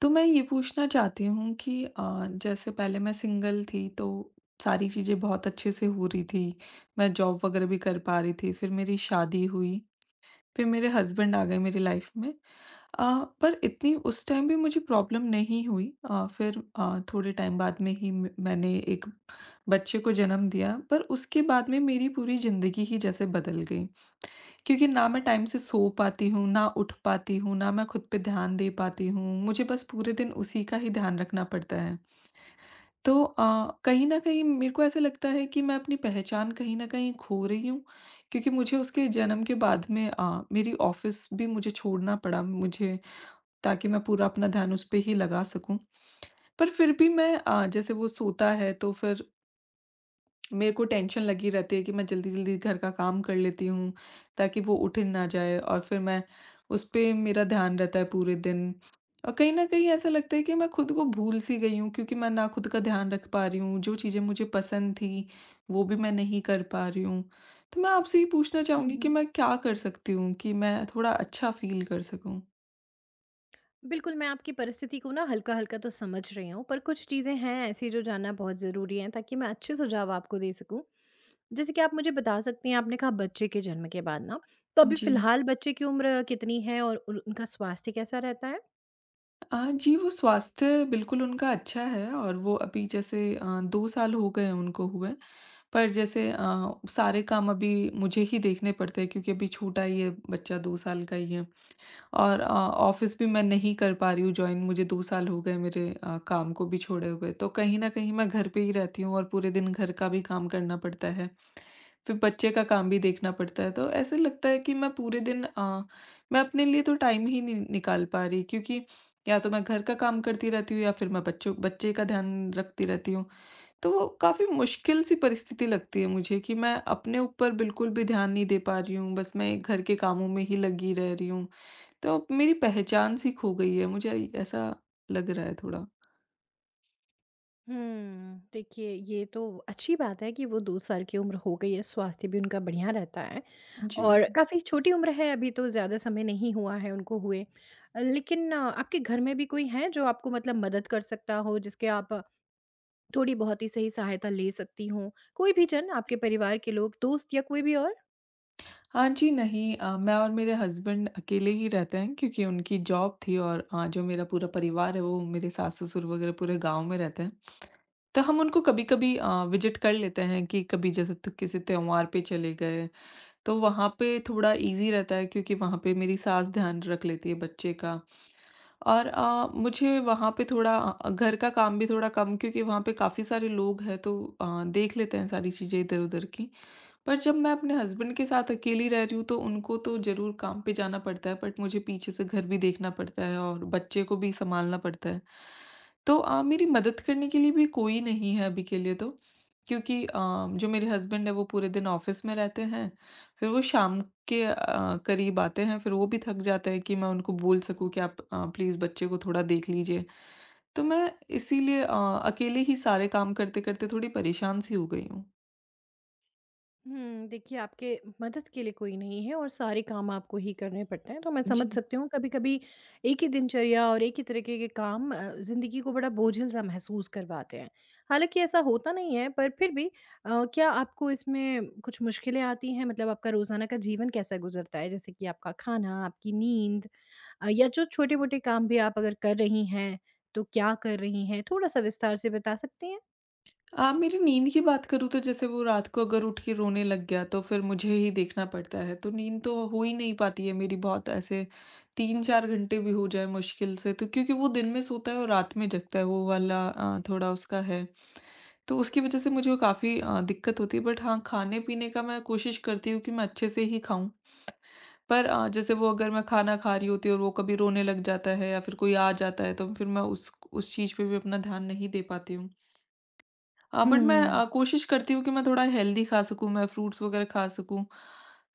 तो मैं ये पूछना चाहती हूँ कि जैसे पहले मैं सिंगल थी तो सारी चीज़ें बहुत अच्छे से हो रही थी। मैं जॉब वगैरह भी कर पा रही थी। फिर मेरी शादी हुई, फिर मेरे हस्बैंड आ गए मेरी लाइफ़ में। अ, पर इतनी उस टाइम भी मुझे प्रॉब्लम नहीं हुई। फिर थोड़े टाइम बाद में ही म मैंने एक बच्चे को जन्म दिया, पर उसके बाद में मेरी पूरी ज़िंदगी ही जैसे बदल गई। क्योंकि ना मैं टाइम से सो पाती हूँ, ना उठ पाती हूँ, ना मैं खुद पे ध्यान दे पाती हूँ, मुझे बस पूरे दिन उसी का ही ध्यान रखना पड़ता है। तो कहीं न कहीं मेरे को ऐसा लगता है कि मैं अपनी पहचान कहीं न कहीं खो रही हूँ, क्योंकि मुझे उसके जन्म के बाद में मेरी ऑफ़िस भी मुझे छोड़ना पड़ा, मुझे ताकि मैं पूरा अपना ध्यान उस पे ही लगा सकूँ। पर फिर भी मैं जैसे वो सोता है तो फिर मेरे को टेंशन लगी रहती है कि मैं जल्दी-जल्दी घर का काम कर लेती हूँ, ताकि वो उठ ना जाए, और फिर मैं उस पे मेरा ध्यान रहता है पूरे दिन। और कहीं न कहीं ऐसा लगता है कि मैं खुद को भूल सी गई हूँ, क्योंकि मैं ना खुद का ध्यान रख पा रही हूँ, जो चीज़ें मुझे पसंद थी, वो भी मैं नहीं कर पा रही हूँ। तो मैं आपसे ये पूछना हुँ, चाहूँगी कि हुँ। मैं क्या कर सकती हूँ कि मैं थोड़ा अच्छा फ़ील कर सकूँ? बिल्कुल, मैं आपकी परिस्थिति को ना हल्का-हल्का तो समझ रही हूँ, पर कुछ चीज़ें हैं ऐसी जो जानना बहुत ज़रूरी हैं ताकि मैं अच्छे सुझाव आपको दे सकूँ। जैसे कि आप मुझे बता सकती हैं, आपने कहा बच्चे के जन्म के बाद ना, तो अभी जी। फ़िलहाल बच्चे की उम्र कितनी है और उन उनका स्वास्थ्य कैसा रहता है? जी, वो स्वास्थ्य बिल्कुल उनका अच्छा है, और वो अभी जैसे 2 साल हो गए हैं उनको हुए। पर जैसे सारे काम अभी मुझे ही देखने पड़ते हैं, क्योंकि अभी छोटा ही है, बच्चा 2 साल का ही है। और ऑफ़िस भी मैं नहीं कर पा रही हूँ जॉइन, मुझे 2 साल हो गए मेरे काम को भी छोड़े हुए। तो कहीं न कहीं मैं घर पे ही रहती हूँ, और पूरे दिन घर का भी काम करना पड़ता है। फिर बच्चे का काम भी देखना पड़ता है, तो ऐसे लगता है कि मैं पूरे दिन मैं अपने लिए तो टाइम ही नहीं निकाल पा रही, क्योंकि या तो मैं घर का काम करती रहती हूँ, या फिर मैं बच्चों बच्चे का ध्यान रखती रहती हूँ। तो वो काफ़ी मुश्किल सी परिस्थिति लगती है मुझे कि मैं अपने ऊपर बिल्कुल भी ध्यान नहीं दे पा रही हूँ, बस मैं घर के कामों में ही लगी रह रही हूँ। तो अब मेरी पहचान सी खो गई है, मुझे ऐसा लग रहा है थोड़ा। हुँ, देखिए ये तो अच्छी बात है कि वो 2 साल की उम्र हो गई है, स्वास्थ्य भी उनका बढ़िया रहता है जी। और काफ़ी छोटी उम्र है, अभी तो ज़्यादा समय नहीं हुआ है उनको हुए। लेकिन आपके घर में भी कोई है जो आपको मतलब मदद कर सकता हो, जिसके आप थोड़ी बहुत ही सही सहायता ले सकती हूँ। कोई भी जन, आपके परिवार के लोग, दोस्त या कोई भी और? हाँ जी, नहीं मैं और मेरे हस्बैंड अकेले ही रहते हैं, क्योंकि उनकी जॉब थी। और जो मेरा पूरा परिवार है, वो मेरे सास-ससुर वगैरह पूरे गाँव में रहते हैं। तो हम उनको कभी-कभी विज़िट कर लेते हैं कि कभी जैसे तो किसी त्योहार पे चले गए, तो वहाँ पे थोड़ा ईज़ी रहता है, क्योंकि वहाँ पे मेरी सास ध्यान रख लेती है बच्चे का। और मुझे वहाँ पे थोड़ा घर का काम भी थोड़ा कम, क्योंकि वहाँ पे काफ़ी सारे लोग हैं, तो देख लेते हैं सारी चीज़ें इधर-उधर की। पर जब मैं अपने हस्बैंड के साथ अकेली रह रही हूँ, तो उनको तो ज़रूर काम पे जाना पड़ता है, बट मुझे पीछे से घर भी देखना पड़ता है और बच्चे को भी सँभालना पड़ता है। तो मेरी मदद करने के लिए भी कोई नहीं है अभी के लिए तो, क्योंकि जो मेरे हस्बैंड हैं, वो पूरे दिन ऑफ़िस में रहते हैं। फिर वो शाम के करीब आते हैं, फिर वो भी थक जाते हैं कि मैं उनको बोल सकूँ कि आप प्लीज़ बच्चे को थोड़ा देख लीजिए। तो मैं इसीलिए अकेले ही सारे काम करते-करते थोड़ी परेशान सी हो गई हूँ। हुँ, देखिए आपके मदद के लिए कोई नहीं है और सारे काम आपको ही करने पड़ते हैं, तो मैं समझ जी। सकती हूँ कभी-कभी एक ही दिनचर्या और एक ही तरीके के काम ज़िंदगी को बड़ा बोझिल-सा महसूस करवाते हैं। हालाँकि ऐसा होता नहीं है पर फिर भी क्या आपको इसमें कुछ मुश्किलें आती हैं? मतलब आपका रोज़ाना का जीवन कैसा गुज़रता है? जैसे कि आपका खाना, आपकी नींद, या जो छोटे-मोटे काम भी आप अगर कर रही हैं, तो क्या कर रही हैं? थोड़ा-सा विस्तार से बता सकती हैं? आप मेरी नींद की बात करूँ, तो जैसे वो रात को अगर उठ के रोने लग गया, तो फिर मुझे ही देखना पड़ता है, तो नींद तो हो ही नहीं पाती है मेरी बहुत, ऐसे 3-4 घंटे भी हो जाए मुश्किल से तो, क्योंकि वो दिन में सोता है और रात में जगता है, वो वाला थोड़ा उसका है। तो उसकी वजह से मुझे काफ़ी दिक्कत होती है, बट हाँ, खाने-पीने का मैं कोशिश करती हूँ कि मैं अच्छे से ही खाऊँ। पर जैसे वो, अगर मैं खाना खा रही होती हूँ और वो कभी रोने लग जाता है या फिर कोई आ जाता है, तो फिर मैं उस चीज़ पे भी अपना ध्यान नहीं दे पाती हूँ। बट मैं हुँ। कोशिश करती हूँ कि मैं थोड़ा हेल्दी खा सकूँ, मैं फ्रूट्स वगैरह खा सकूँ,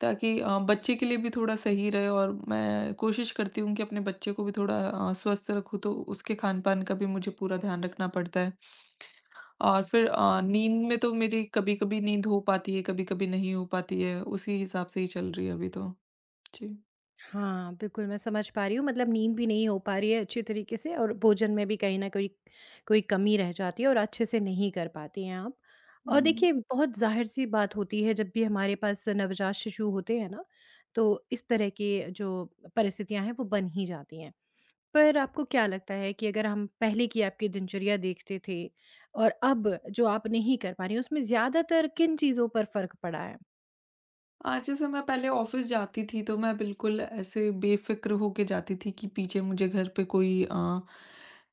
ताकि बच्चे के लिए भी थोड़ा सही रहे, और मैं कोशिश करती हूँ कि अपने बच्चे को भी थोड़ा स्वस्थ रखूँ, तो उसके खान-पान का भी मुझे पूरा ध्यान रखना पड़ता है। और फिर नींद में तो मेरी कभी-कभी नींद हो पाती है, कभी-कभी नहीं हो पाती है, उसी हिसाब से ही चल रही है अभी तो। जी। हाँ, बिल्कुल मैं समझ पा रही हूँ मतलब नींद भी नहीं हो पा रही है अच्छी तरीके से और भोजन में भी कहीं न कोई कोई कमी रह जाती है और अच्छे से नहीं कर पाती हैं आप। और हुँ। देखिए बहुत ज़ाहिर-सी बात होती है जब भी हमारे पास नवजात शिशु होते हैं ना, तो इस तरह के जो परिस्थितियाँ हैं वो बन ही जाती हैं। पर आपको क्या लगता है कि अगर हम पहले की आपकी दिनचर्या देखते थे और अब जो आप नहीं कर पा रही हैं उसमें ज़्यादातर किन चीज़ों पर फ़र्क पड़ा है? जैसे मैं पहले ऑफ़िस जाती थी, तो मैं बिल्कुल ऐसे बेफ़िक्र होके जाती थी कि पीछे मुझे घर पे कोई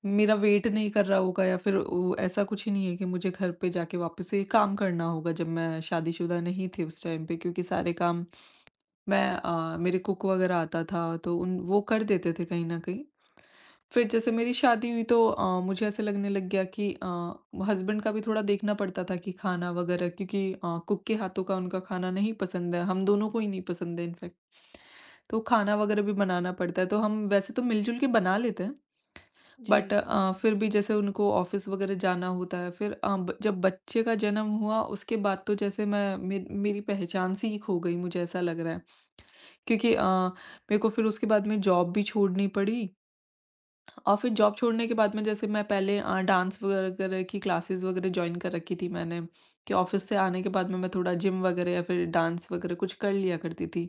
मेरा वेट नहीं कर रहा होगा, या फिर वो ऐसा कुछ ही नहीं है कि मुझे घर पे जाके वापस से काम करना होगा, जब मैं शादीशुदा नहीं थी उस टाइम पे, क्योंकि सारे काम मैं मेरे कुक वग़ैरह आता था, तो उन वो कर देते थे कहीं न कहीं। फिर जैसे मेरी शादी हुई, तो मुझे ऐसे लगने लग गया कि हस्बैंड का भी थोड़ा देखना पड़ता था कि खाना वगैरह, क्योंकि कुक के हाथों का उनका खाना नहीं पसंद है, हम दोनों को ही नहीं पसंद है इनफैक्ट। तो खाना वगैरह भी बनाना पड़ता है, तो हम वैसे तो मिलजुल के बना लेते हैं, जी। बट फिर भी जैसे उनको ऑफिस वगैरह जाना होता है। फिर जब बच्चे का जन्म हुआ उसके बाद, तो जैसे मेरी पहचान सी ही खो गई, मुझे ऐसा लग रहा है, क्योंकि मेरे को फिर उसके बाद में जॉब भी छोड़नी पड़ी। और फिर जॉब छोड़ने के बाद में, जैसे मैं पहले डांस वगैरह वगैरह की क्लासेस वगैरह जॉइन कर रखी थी मैंने कि ऑफिस से आने के बाद में मैं थोड़ा जिम वगैरह या फिर डांस वगैरह कुछ कर लिया करती थी,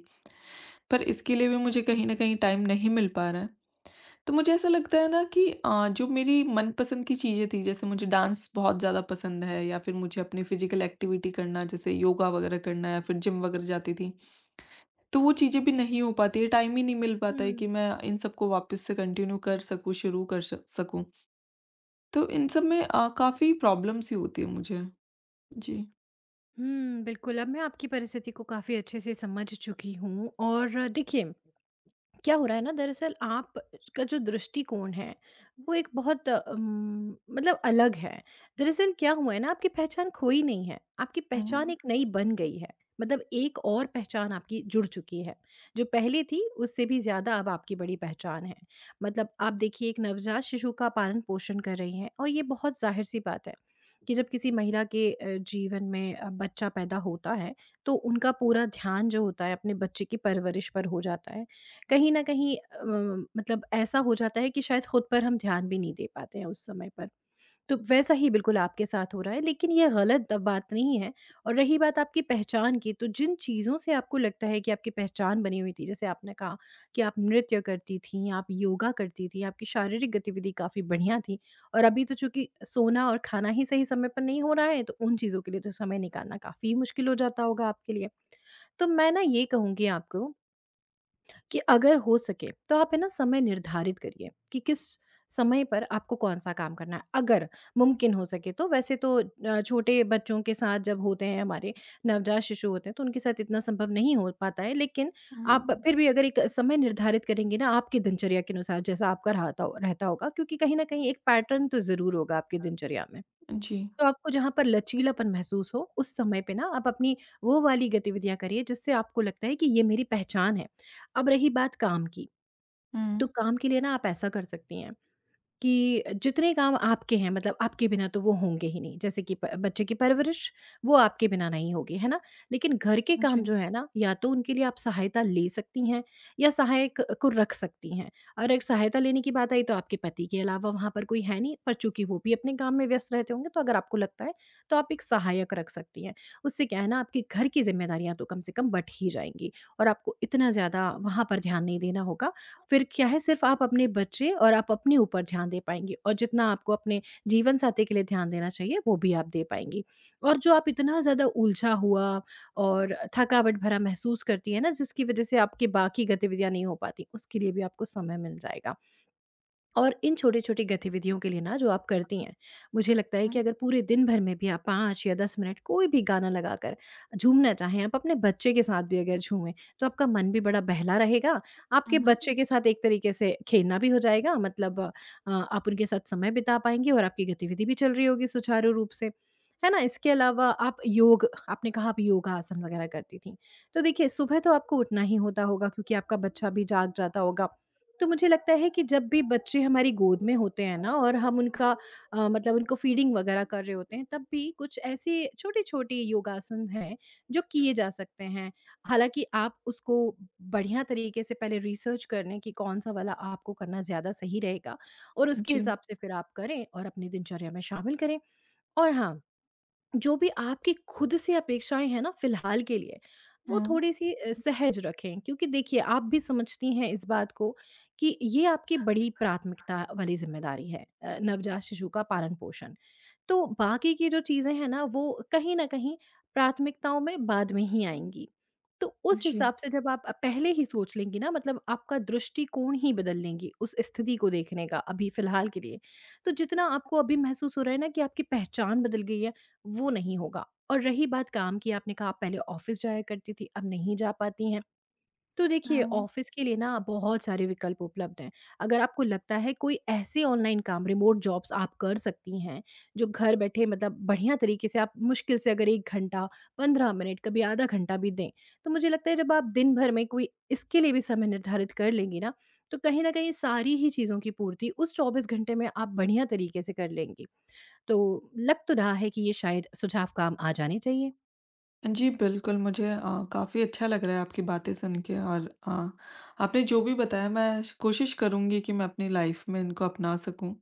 पर इसके लिए भी मुझे कहीं ना कहीं टाइम नहीं मिल पा रहा है। तो मुझे ऐसा लगता है ना कि जो मेरी मनपसंद की चीज़ें थी, जैसे मुझे डांस बहुत ज़्यादा पसंद है, या फिर मुझे अपनी फिजिकल एक्टिविटी करना, जैसे योगा वगैरह करना या फिर जिम वगैरह जाती थी, तो वो चीज़ें भी नहीं हो पाती है, टाइम ही नहीं मिल पाता है कि मैं इन सबको वापस से कंटिन्यू कर सकूँ, शुरू कर सकूँ। तो इन सब में काफ़ी प्रॉब्लम्स ही होती है मुझे। जी। हुँ, बिल्कुल, अब मैं आपकी परिस्थिति को काफ़ी अच्छे से समझ चुकी हूँ और देखिए क्या हो रहा है ना, दरअसल आप का जो दृष्टिकोण है वो एक बहुत मतलब अलग है। दरअसल क्या हुआ है ना, आपकी पहचान खोई नहीं है, आपकी पहचान हुँ, एक नई बन गई है। मतलब एक और पहचान आपकी जुड़ चुकी है, जो पहले थी उससे भी ज़्यादा अब आपकी बड़ी पहचान है। मतलब आप देखिए, एक नवजात शिशु का पालन पोषण कर रही हैं और ये बहुत जाहिर सी बात है कि जब किसी महिला के जीवन में बच्चा पैदा होता है, तो उनका पूरा ध्यान जो होता है अपने बच्चे की परवरिश पर हो जाता है। कहीं न कहीं मतलब ऐसा हो जाता है कि शायद खुद पर हम ध्यान भी नहीं दे पाते हैं उस समय पर। तो वैसा ही बिल्कुल आपके साथ हो रहा है, लेकिन ये गलत बात नहीं है। और रही बात आपकी पहचान की, तो जिन चीज़ों से आपको लगता है कि आपकी पहचान बनी हुई थी, जैसे आपने कहा कि आप नृत्य करती थीं, आप योगा करती थीं, आपकी शारीरिक गतिविधि काफ़ी बढ़िया थी, और अभी तो चूँकि सोना और खाना ही सही समय पर नहीं हो रहा है, तो उन चीज़ों के लिए तो समय निकालना काफ़ी मुश्किल हो जाता होगा आपके लिए। तो मैं ना ये कहूँगी आपको कि अगर हो सके तो आप है ना समय निर्धारित करिए कि किस समय पर आपको कौन सा काम करना है, अगर मुमकिन हो सके तो। वैसे तो छोटे बच्चों के साथ जब होते हैं हमारे, नवजात शिशु होते हैं, तो उनके साथ इतना संभव नहीं हो पाता है, लेकिन हुँ। आप फिर भी अगर एक समय निर्धारित करेंगे ना आपकी दिनचर्या के अनुसार, जैसा आपका रहता होगा, क्योंकि कहीं ना कहीं एक पैटर्न तो ज़रूर होगा आपकी दिनचर्या में, जी, तो आपको जहाँ पर लचीलापन महसूस हो, उस समय पे ना आप अपनी वो वाली गतिविधियाँ करिए जिससे आपको लगता है कि ये मेरी पहचान है। अब रही बात काम की, तो हुँ, काम के लिए ना आप ऐसा कर सकती हैं कि जितने काम आपके हैं मतलब आपके बिना तो वो होंगे ही नहीं, जैसे कि बच्चे की परवरिश वो आपके बिना नहीं होगी, है ना। लेकिन घर के जी, काम जो है ना, या तो उनके लिए आप सहायता ले सकती हैं या सहायक को रख सकती हैं। और अगर सहायता लेने की बात आई तो आपके पति के अलावा वहाँ पर कोई है नहीं, पर चूंकि वो भी अपने काम में व्यस्त रहते होंगे, तो अगर आपको लगता है तो आप एक सहायक रख सकती हैं। उससे क्या है ना, आपकी घर की जिम्मेदारियां तो कम से कम बट ही जाएंगी और आपको इतना ज़्यादा वहाँ पर ध्यान नहीं देना होगा। फिर क्या है, सिर्फ़ आप अपने बच्चे और आप अपने ऊपर ध्यान दे पाएँगी और जितना आपको अपने जीवनसाथी के लिए ध्यान देना चाहिए वो भी आप दे पाएँगी। और जो आप इतना ज़्यादा उलझा हुआ और थकावट भरा महसूस करती हैं ना, जिसकी वज़ह से आपकी बाकी गतिविधियाँ नहीं हो पाती, उसके लिए भी आपको समय मिल जाएगा। और इन छोटी-छोटी गतिविधियों के लिए ना जो आप करती हैं, मुझे लगता है हुँ, कि अगर पूरे दिन भर में भी आप 5 या 10 मिनट कोई भी गाना लगाकर झूमना चाहें, आप अपने बच्चे के साथ भी अगर झूमें, तो आपका मन भी बड़ा बहला रहेगा, आपके हुँ, जी, बच्चे के साथ एक तरीके से खेलना भी हो जाएगा, मतलब आप उनके साथ समय बिता पाएँगी और आपकी गतिविधि भी चल रही होगी सुचारू रूप से। है ना? इसके अलावा आप योग, आपने कहा आप योगासन वगैरह करती थीं। तो देखिए सुबह तो आपको उठना ही होता होगा क्योंकि आपका बच्चा भी जाग जाता होगा। तो मुझे लगता है कि जब भी बच्चे हमारी गोद में होते हैं ना और हम उनका मतलब उनको फीडिंग वगैरह कर रहे होते हैं, तब भी कुछ ऐसे छोटे-छोटे योगासन हैं जो किए जा सकते हैं। हालाँकि आप उसको बढ़िया तरीके से पहले रिसर्च कर लें कि कौन-सा वाला आपको करना ज़्यादा सही रहेगा और उसके हुँ। हिसाब से फिर आप करें और अपनी दिनचर्या में शामिल करें। और हाँ, जो भी आपकी खुद से अपेक्षाएँ हैं ना फ़िलहाल के लिए, वो थोड़ी-सी सहज रखें, क्योंकि देखिए आप भी समझती हैं इस बात को कि ये आपकी बड़ी प्राथमिकता वाली ज़िम्मेदारी है, नवजात शिशु का पालन-पोषण। तो बाकी की जो चीज़ें हैं ना वो कहीं न कहीं प्राथमिकताओं में बाद में ही आएँगी। तो उस जी, हिसाब से जब आप पहले ही सोच लेंगी ना, मतलब आपका दृष्टिकोण ही बदल लेंगी उस स्थिति को देखने का अभी फ़िलहाल के लिए। तो जितना आपको अभी महसूस हो रहा है ना कि आपकी पहचान बदल गई है, वो नहीं होगा। और रही बात काम की, आपने कहा आप पहले ऑफ़िस जाया करती थी, अब नहीं जा पाती हैं। तो देखिए हुँ। ऑफ़िस के लिए ना बहुत सारे विकल्प उपलब्ध हैं। अगर आपको लगता है कोई ऐसे ऑनलाइन काम, रिमोट जॉब्स आप कर सकती हैं, जो घर बैठे मतलब बढ़िया तरीके से आप मुश्किल से अगर 1 घंटा, 15 मिनट, कभी आधा घंटा भी दें, तो मुझे लगता है जब आप दिन भर में कोई इसके लिए भी समय निर्धारित कर लेंगी ना, तो कहीं न कहीं सारी ही चीज़ों की पूर्ति उस 24 घंटे में आप बढ़िया तरीके से कर लेंगी। तो लग तो रहा है कि ये शायद सुझाव काम आ जाने चाहिए। जी, बिल्कुल, मुझे काफ़ी अच्छा लग रहा है आपकी बातें सुन के, और आपने जो भी बताया, मैं श कोशिश करूँगी कि मैं अपनी लाइफ़ में इनको अपना सकूँ।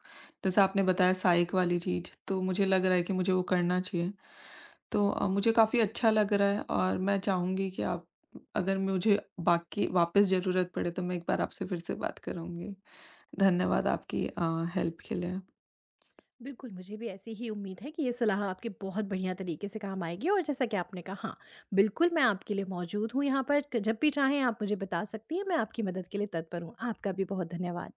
जैसे आपने बताया सहायक वाली चीज़, तो मुझे लग रहा है कि मुझे वो करना चाहिए। तो मुझे काफ़ी अच्छा लग रहा है, और मैं चाहूँगी कि आप, अगर मुझे बाकी वापस ज़रूरत पड़े, तो मैं एक बार आपसे फिर से बात करूँगी। धन्यवाद आपकी हेल्प के लिए। बिल्कुल, मुझे भी ऐसी ही उम्मीद है कि ये सलाह आपके बहुत बढ़िया तरीके से काम आएगी और जैसा कि आपने कहा, हाँ बिल्कुल मैं आपके लिए मौजूद हूँ यहाँ पर, क जब भी चाहें आप मुझे बता सकती हैं, मैं आपकी मदद के लिए तत्पर हूँ। आपका भी बहुत धन्यवाद।